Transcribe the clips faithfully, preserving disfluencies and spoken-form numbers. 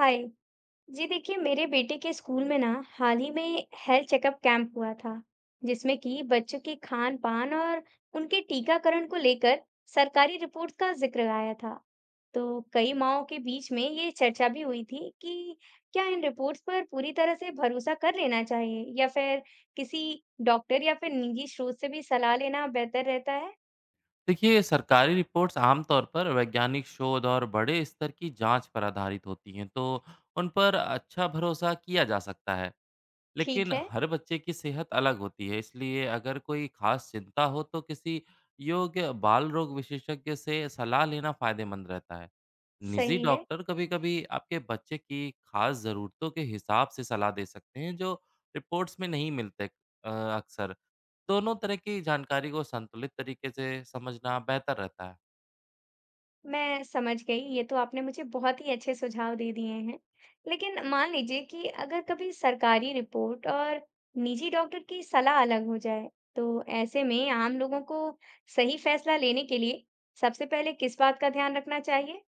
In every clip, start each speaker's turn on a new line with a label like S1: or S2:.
S1: हाय जी। देखिए मेरे बेटे के स्कूल में ना हाल ही में हेल्थ चेकअप कैंप हुआ था, जिसमें कि बच्चों के खान पान और उनके टीकाकरण को लेकर सरकारी रिपोर्ट का जिक्र आया था। तो कई माओं के बीच में ये चर्चा भी हुई थी कि क्या इन रिपोर्ट्स पर पूरी तरह से भरोसा कर लेना चाहिए या फिर किसी डॉक्टर या फिर निजी स्रोत से भी सलाह लेना बेहतर रहता है।
S2: देखिए, सरकारी रिपोर्ट्स आमतौर पर वैज्ञानिक शोध और बड़े स्तर की जांच पर आधारित होती हैं, तो उन पर अच्छा भरोसा किया जा सकता है। लेकिन
S1: ठीक है।
S2: हर बच्चे की सेहत अलग होती है, इसलिए अगर कोई खास चिंता हो तो किसी योग्य बाल रोग विशेषज्ञ से सलाह लेना फायदेमंद रहता है। निजी
S1: सही है।
S2: डॉक्टर कभी-कभी आपके बच्चे की खास ज़रूरतों के हिसाब से सलाह दे सकते हैं जो रिपोर्ट्स में नहीं मिलते। अ, अक्सर दोनों तरह की जानकारी को संतुलित तरीके से समझना बेहतर रहता है।
S1: मैं समझ गई, ये तो आपने मुझे बहुत ही अच्छे सुझाव दे दिए हैं। लेकिन मान लीजिए कि अगर कभी सरकारी रिपोर्ट और निजी डॉक्टर की सलाह अलग हो जाए तो ऐसे में आम लोगों को सही फैसला लेने के लिए सबसे पहले किस बात का ध्यान रखना चाहिए?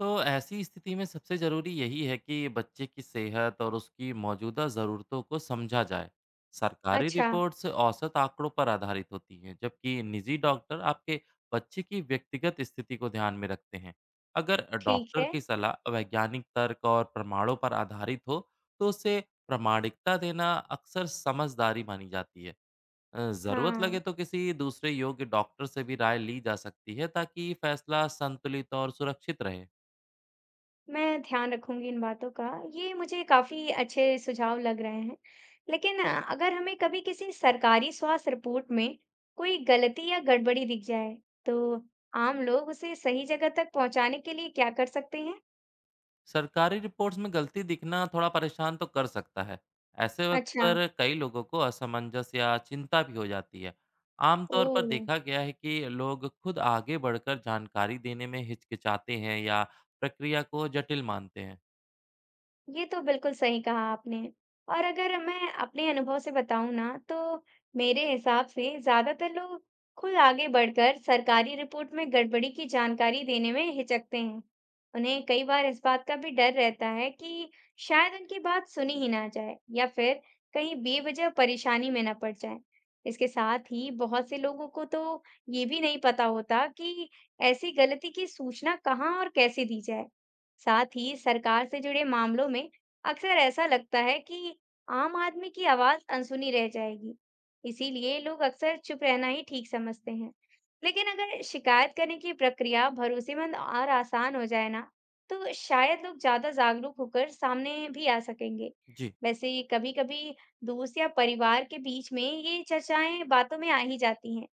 S2: तो ऐसी स्थिति में सबसे ज़रूरी यही है कि बच्चे की सेहत और उसकी मौजूदा ज़रूरतों को समझा जाए। सरकारी
S1: अच्छा।
S2: रिपोर्ट्स औसत आंकड़ों पर आधारित होती हैं, जबकि निजी डॉक्टर आपके बच्चे की व्यक्तिगत स्थिति को ध्यान में रखते हैं। अगर
S1: ठीक
S2: डॉक्टर
S1: है।
S2: की सलाह वैज्ञानिक तर्क और प्रमाणों पर आधारित हो तो उसे प्रामाणिकता देना अक्सर समझदारी मानी जाती है। अ, ज़रूरत लगे
S1: हाँ,
S2: तो किसी दूसरे योग्य डॉक्टर से भी राय ली जा सकती है ताकि फैसला संतुलित और सुरक्षित रहे।
S1: मैं ध्यान रखूंगी इन बातों का। ये मुझे काफी अच्छे सुझाव लग रहे हैं। लेकिन अ, अगर हमें कभी किसी सरकारी स्वास्थ्य रिपोर्ट में कोई गलती या गड़बड़ी दिख जाए तो आम लोग उसे सही जगह तक पहुंचाने के लिए क्या कर सकते हैं?
S2: सरकारी रिपोर्ट्स में गलती दिखना थोड़ा परेशान तो कर सकता है। ऐसे वक्त
S1: अच्छा।
S2: पर कई लोगों को असमंजस या चिंता भी हो जाती है। आमतौर पर
S1: ओ।
S2: देखा गया है कि लोग खुद आगे बढ़कर जानकारी देने में हिचकिचाते हैं या प्रक्रिया को जटिल मानते हैं।
S1: ये तो बिल्कुल सही कहा आपने। और अगर मैं अपने अनुभव से बताऊं ना तो मेरे हिसाब से ज्यादातर लोग खुद आगे बढ़कर सरकारी रिपोर्ट में गड़बड़ी की जानकारी देने में हिचकते हैं। उन्हें कई बार इस बात का भी डर रहता है कि शायद उनकी बात सुनी ही ना जाए या फिर कहीं बेवजह परेशानी में ना पड़ जाए। इसके साथ ही बहुत से लोगों को तो ये भी नहीं पता होता कि ऐसी गलती की सूचना कहाँ और कैसे दी जाए। साथ ही सरकार से जुड़े मामलों में अक्सर ऐसा लगता है कि आम आदमी की आवाज अनसुनी रह जाएगी, इसीलिए लोग अक्सर चुप रहना ही ठीक समझते हैं। लेकिन अगर शिकायत करने की प्रक्रिया भरोसेमंद और आसान हो जाए ना, तो शायद लोग ज्यादा जागरूक होकर सामने भी आ सकेंगे।
S2: जी,
S1: वैसे कभी-कभी दोस्त या परिवार के बीच में ये चर्चाएं बातों में आ ही जाती हैं,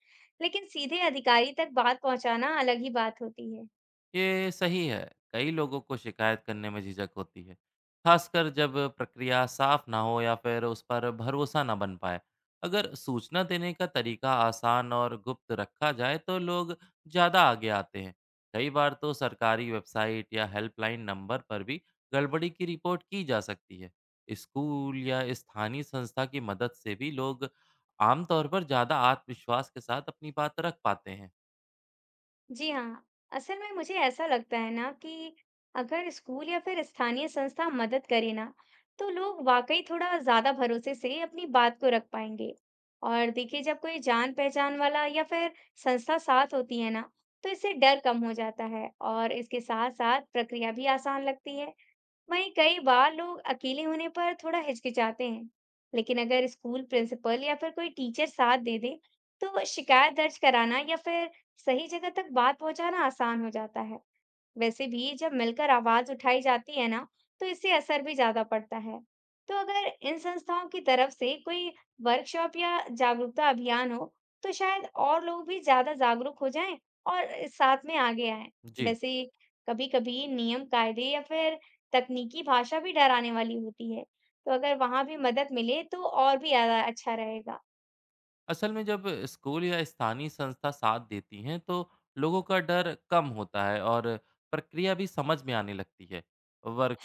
S1: लेकिन सीधे अधिकारी तक बात पहुंचाना अलग ही बात होती है।
S2: ये सही है, कई लोगों को शिकायत करने में झिझक होती है, खासकर जब प्रक्रिया साफ ना हो या फिर उस पर भरोसा ना बन पाए। अगर सूचना देने का तरीका आसान और गुप्त रखा जाए तो लोग ज़्यादा आगे आते हैं। कई बार तो सरकारी वेबसाइट या हेल्पलाइन नंबर पर भी गड़बड़ी की रिपोर्ट की जा सकती है। स्कूल या स्थानीय संस्था की मदद से भी लोग आमतौर पर ज़्यादा आत्मविश्वास के साथ अपनी बात रख पाते हैं।
S1: जी हाँ, असल में मुझे ऐसा लगता है ना कि अगर स्कूल या फिर स्थानीय संस्था मदद करे ना, तो लोग वाकई थोड़ा ज्यादा भरोसे से अपनी बात को रख पाएंगे। और देखिए, जब कोई जान पहचान वाला या फिर संस्था साथ होती है ना, तो इससे डर कम हो जाता है और इसके साथ साथ प्रक्रिया भी आसान लगती है। वहीं कई बार लोग अकेले होने पर थोड़ा हिचकिचाते हैं, लेकिन अगर स्कूल प्रिंसिपल या फिर कोई टीचर साथ दे दे, तो शिकायत दर्ज कराना या फिर सही जगह तक बात पहुंचाना आसान हो जाता है। वैसे भी जब मिलकर आवाज उठाई जाती है ना, तो इससे असर भी ज्यादा पड़ता है। तो अगर इन संस्थाओं की तरफ से कोई वर्कशॉप या जागरूकता अभियान हो, तो शायद और लोग भी ज्यादा जागरूक हो जाएं और इस साथ में आगे आएं।
S2: जी।
S1: वैसे कभी-कभी नियम, कायदे या फिर तकनीकी भाषा भी डराने वाली होती है। तो अगर वहां भी मदद मिले तो और भी ज्यादा अच्छा रहेगा।
S2: असल में जब स्कूल या स्थानीय संस्था साथ देती हैं तो लोगों का डर कम होता है और प्रक्रिया भी समझ में आने लगती है।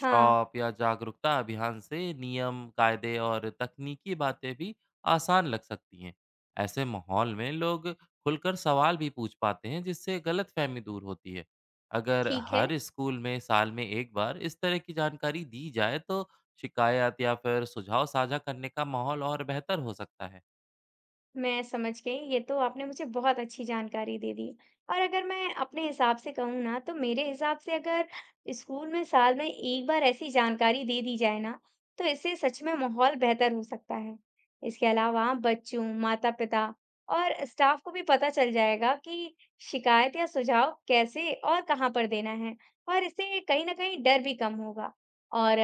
S1: हाँ,
S2: या जागरूकता अभियान से नियम, कायदे और तकनीकी बातें भी आसान लग सकती हैं। ऐसे माहौल में लोग खुलकर सवाल भी पूछ पाते हैं, जिससे गलतफहमी दूर होती है। अगर
S1: ठीक है।
S2: हर स्कूल में साल में एक बार इस तरह की जानकारी दी जाए तो शिकायत या फिर सुझाव साझा करने का माहौल और बेहतर हो सकता है।
S1: मैं समझ गई, ये तो आपने मुझे बहुत अच्छी जानकारी दे दी। और अगर मैं अपने हिसाब से कहूँ ना तो मेरे हिसाब से अगर स्कूल में साल में एक बार ऐसी जानकारी दे दी जाए ना, तो इससे सच में माहौल बेहतर हो सकता है। इसके अलावा बच्चों, माता पिता और स्टाफ को भी पता चल जाएगा कि शिकायत या सुझाव कैसे और कहाँ पर देना है, और इससे कहीं ना कहीं डर भी कम होगा। और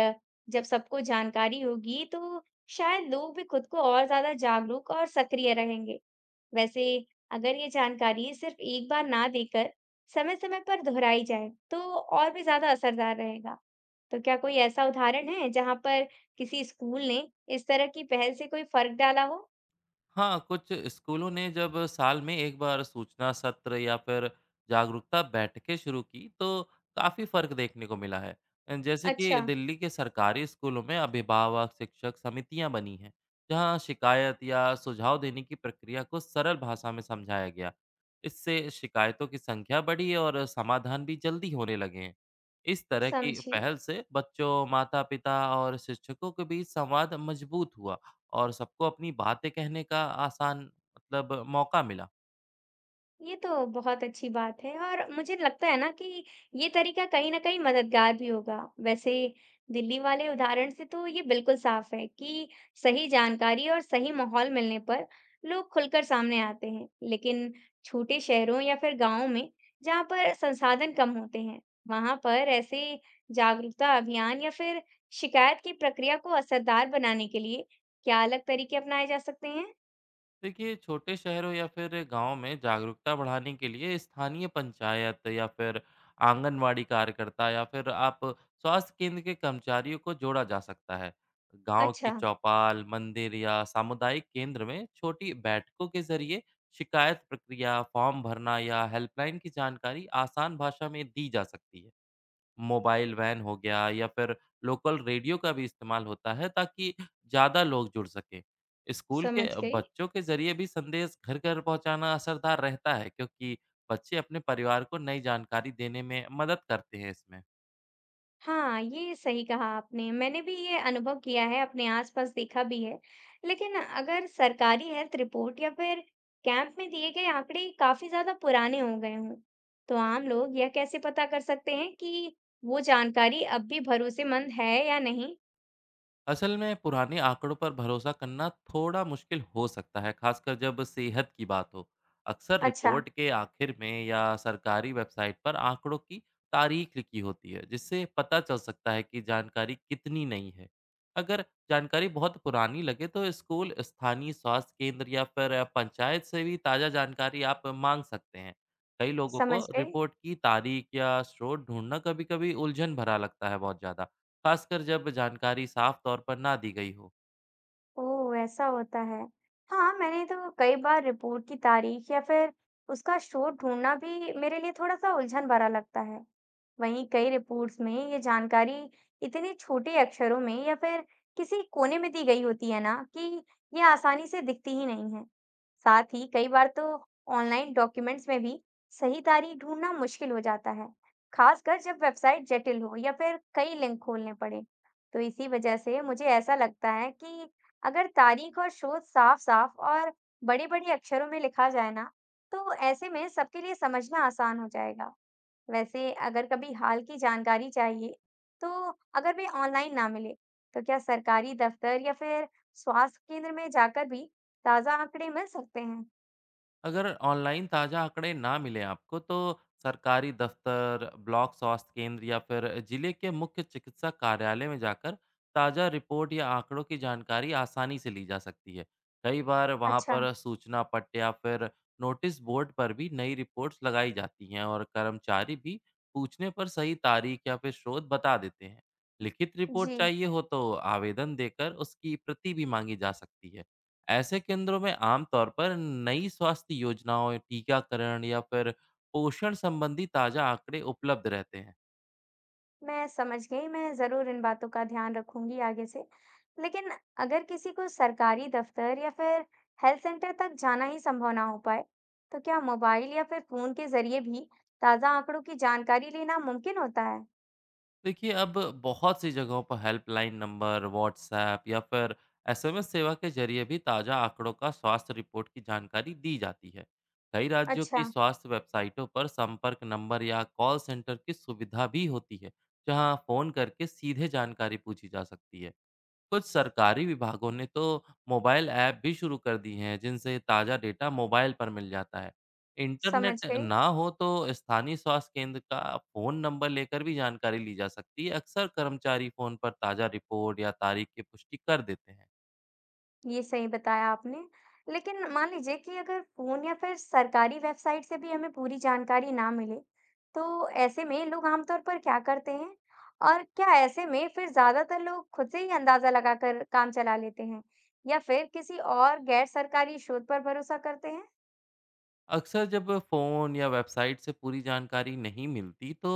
S1: जब सबको जानकारी होगी तो शायद लोग भी खुद को और ज्यादा जागरूक और सक्रिय रहेंगे। वैसे अगर ये जानकारी सिर्फ एक बार ना देकर समय-समय पर दोहराई जाए, तो और भी ज्यादा असरदार रहेगा। तो क्या कोई ऐसा उदाहरण है जहां पर किसी स्कूल ने इस तरह की पहल से कोई फर्क डाला हो?
S2: हाँ, कुछ स्कूलों ने जब साल में एक बार सूचना सत्र या फिर जागरूकता बैठकें शुरू की, तो काफ़ी फ़र्क देखने को मिला है। अ, जैसे
S1: अच्छा।
S2: कि दिल्ली के सरकारी स्कूलों में अभिभावक शिक्षक समितियाँ बनी हैं, जहाँ शिकायत या सुझाव देने की प्रक्रिया को सरल भाषा में समझाया गया। इससे शिकायतों की संख्या बढ़ी और समाधान भी जल्दी होने लगे हैं। इस तरह की
S1: समझी।
S2: पहल से बच्चों, माता-पिता और शिक्षकों के बीच संवाद मजबूत हुआ। और सबको अपनी बातें कहने का आसान मतलब मौका मिला।
S1: ये तो बहुत अच्छी बात है और मुझे लगता है ना कि ये तरीका कहीं ना कहीं मददगार भी होगा। वैसे दिल्ली वाले उदाहरण से तो ये बिल्कुल साफ है कि सही जानकारी और सही माहौल मिलने पर लोग खुलकर सामने आते हैं। लेकिन छोटे शहरों या फिर गांवों में, जहाँ पर संसाधन कम होते हैं, वहां पर ऐसे जागरूकता अभियान या फिर शिकायत की प्रक्रिया को असरदार बनाने के लिए क्या अलग तरीके अपनाए जा सकते हैं?
S2: देखिए, छोटे शहरों या फिर गाँव में जागरूकता बढ़ाने के लिए स्थानीय पंचायत या फिर आंगनवाड़ी कार्यकर्ता या फिर आप स्वास्थ्य केंद्र के कर्मचारियों को जोड़ा जा सकता है। गांव की
S1: अच्छा।
S2: चौपाल, मंदिर या सामुदायिक केंद्र में छोटी बैठकों के जरिए शिकायत प्रक्रिया, फॉर्म भरना या हेल्पलाइन की जानकारी आसान भाषा में दी जा सकती है। मोबाइल वैन हो गया या फिर लोकल रेडियो का भी इस्तेमाल होता है ताकि ज़्यादा लोग जुड़ सकें। स्कूल के
S1: समझ गई।
S2: बच्चों के ज़रिए भी संदेश घर-घर पहुँचाना असरदार रहता है, क्योंकि बच्चे अपने परिवार को नई जानकारी देने में मदद करते हैं इसमें।
S1: हाँ, ये सही कहा आपने। मैंने भी ये अनुभव किया है, अपने आसपास देखा भी है। लेकिन अगर सरकारी हेल्थ रिपोर्ट या फिर कैंप में दिए गए आंकड़े काफी ज्यादा पुराने हो गए हों, तो आम लोग यह कैसे पता कर सकते हैं कि वो जानकारी अब भी भरोसेमंद है या नहीं?
S2: असल में पुराने आंकड़ों पर भरोसा करना थोड़ा मुश्किल हो सकता है, खासकर जब सेहत की बात हो। अक्सर
S1: अच्छा।
S2: रिपोर्ट के आखिर में या सरकारी वेबसाइट पर आंकड़ों की तारीख लिखी होती है, जिससे पता चल सकता है कि जानकारी कितनी नई है। अगर जानकारी बहुत पुरानी लगे तो स्कूल, स्थानीय स्वास्थ्य केंद्र या फिर पंचायत से भी ताज़ा जानकारी आप मांग सकते हैं। कई लोगों को
S1: समझ गई।
S2: रिपोर्ट की तारीख या स्रोत ढूंढना कभी-कभी उलझन भरा लगता है बहुत ज़्यादा। खासकर जब जानकारी साफ तौर पर ना दी गई हो।
S1: ओह! ऐसा होता है। हाँ, मैंने तो कई बार रिपोर्ट की तारीख या फिर उसका स्रोत ढूँढना भी मेरे लिए थोड़ा-सा उलझन भरा लगता है। वहीं कई रिपोर्ट्स में ये जानकारी इतने छोटे अक्षरों में या फिर किसी कोने में दी गई होती है ना कि ये आसानी से दिखती ही नहीं है। साथ ही कई बार तो ऑनलाइन डॉक्यूमेंट्स में भी सही तारीख ढूँढना मुश्किल हो जाता है, खासकर जब वेबसाइट जटिल हो या फिर कई लिंक खोलने पड़ें। तो इसी वजह से मुझे ऐसा लगता है कि अगर तारीख और स्रोत साफ-साफ और बड़े-बड़े अक्षरों में लिखा जाए ना, तो ऐसे में सबके लिए समझना आसान हो जाएगा। वैसे अगर कभी हाल की जानकारी चाहिए, तो अगर वे ऑनलाइन ना मिले, तो क्या सरकारी दफ्तर या फिर स्वास्थ्य केंद्र में जाकर भी ताज़ा आंकड़े मिल सकते हैं?
S2: अगर ऑनलाइन ताज़ा आंकड़े ना मिले आपको तो सरकारी दफ्तर, ब्लॉक स्वास्थ्य केंद्र या फिर जिले के मुख्य चिकित्सा कार्यालय में जाकर ताज़ा रिपोर्ट या आंकड़ों की जानकारी आसानी से ली जा सकती है। कई बार वहाँ
S1: अच्छा।
S2: पर सूचना पट्ट या फिर नोटिस बोर्ड पर भी नई रिपोर्ट्स लगाई जाती हैं और कर्मचारी भी पूछने पर सही तारीख या फिर स्रोत बता देते हैं। लिखित रिपोर्ट
S1: जी।
S2: चाहिए हो तो आवेदन देकर उसकी प्रति भी मांगी जा सकती है। ऐसे केंद्रों में आमतौर पर नई स्वास्थ्य योजनाओं, टीकाकरण या फिर पोषण संबंधी ताज़ा आंकड़े उपलब्ध रहते हैं।
S1: मैं समझ गई, मैं ज़रूर इन बातों का ध्यान रखूंगी आगे से। लेकिन अगर किसी को सरकारी दफ्तर या फिर हेल्थ सेंटर तक जाना ही संभव ना हो पाए, तो क्या मोबाइल या फिर फ़ोन के ज़रिए भी ताज़ा आंकड़ों की जानकारी लेना मुमकिन होता है?
S2: देखिए, अब बहुत सी जगहों पर हेल्पलाइन नंबर, व्हाट्सएप या फिर एस एम एस सेवा के जरिए भी ताज़ा आंकड़ों का स्वास्थ्य रिपोर्ट की जानकारी दी जाती है। कई राज्यों
S1: अच्छा।
S2: की स्वास्थ्य वेबसाइटों पर संपर्क नंबर या कॉल सेंटर की सुविधा भी होती है, जहां फ़ोन करके सीधे जानकारी पूछी जा सकती है। कुछ सरकारी विभागों ने तो मोबाइल ऐप भी शुरू कर दी हैं, जिनसे ताज़ा डेटा मोबाइल पर मिल जाता है।
S1: समझ
S2: इंटरनेट
S1: गई।
S2: ना हो तो स्थानीय स्वास्थ्य केंद्र का फ़ोन नंबर लेकर भी जानकारी ली जा सकती है। अक्सर कर्मचारी फ़ोन पर ताज़ा रिपोर्ट या तारीख की पुष्टि कर देते हैं।
S1: ये सही बताया आपने। लेकिन मान लीजिए कि अगर फोन या फिर सरकारी वेबसाइट से भी हमें पूरी जानकारी ना मिले तो ऐसे में लोग आमतौर पर क्या करते हैं, और क्या ऐसे में फिर ज्यादातर लोग खुद से ही अंदाजा लगाकर काम चला लेते हैं या फिर किसी और गैर सरकारी स्रोत पर भरोसा करते हैं?
S2: अक्सर जब फ़ोन या वेबसाइट से पूरी जानकारी नहीं मिलती तो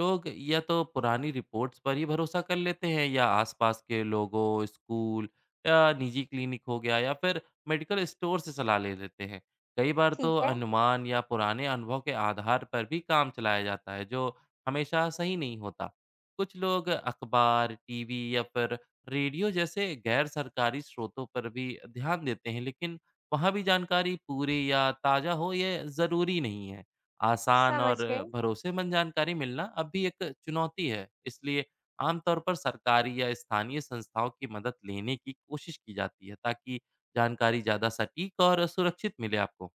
S2: लोग या तो पुरानी रिपोर्ट्स पर ही भरोसा कर लेते हैं, या आसपास के लोगों, स्कूल या निजी क्लिनिक हो गया या फिर मेडिकल स्टोर से सलाह ले लेते हैं। कई बार
S1: ठीक
S2: तो
S1: है।
S2: अनुमान या पुराने अनुभव के आधार पर भी काम चलाया जाता है, जो हमेशा सही नहीं होता। कुछ लोग अखबार, टीवी या फिर रेडियो जैसे गैर सरकारी स्रोतों पर भी ध्यान देते हैं, लेकिन वहाँ भी जानकारी पूरी या ताज़ा हो ये ज़रूरी नहीं है। आसान
S1: समझ
S2: और
S1: गए।
S2: भरोसेमंद जानकारी मिलना अब भी एक चुनौती है, इसलिए आमतौर पर सरकारी या स्थानीय संस्थाओं की मदद लेने की कोशिश की जाती है ताकि जानकारी ज़्यादा सटीक और सुरक्षित मिले आपको।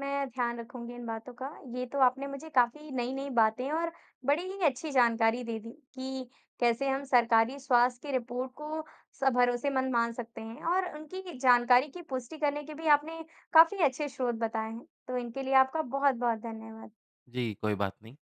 S1: मैं ध्यान रखूंगी इन बातों का। ये तो आपने मुझे काफ़ी नई-नई बातें और बड़ी ही अच्छी जानकारी दे दी कि कैसे हम सरकारी स्वास्थ्य की रिपोर्ट को स भरोसेमंद मान सकते हैं और उनकी जानकारी की पुष्टि करने के भी आपने काफ़ी अच्छे स्रोत बताए हैं। तो इनके लिए आपका बहुत-बहुत धन्यवाद।
S2: जी, कोई बात नहीं।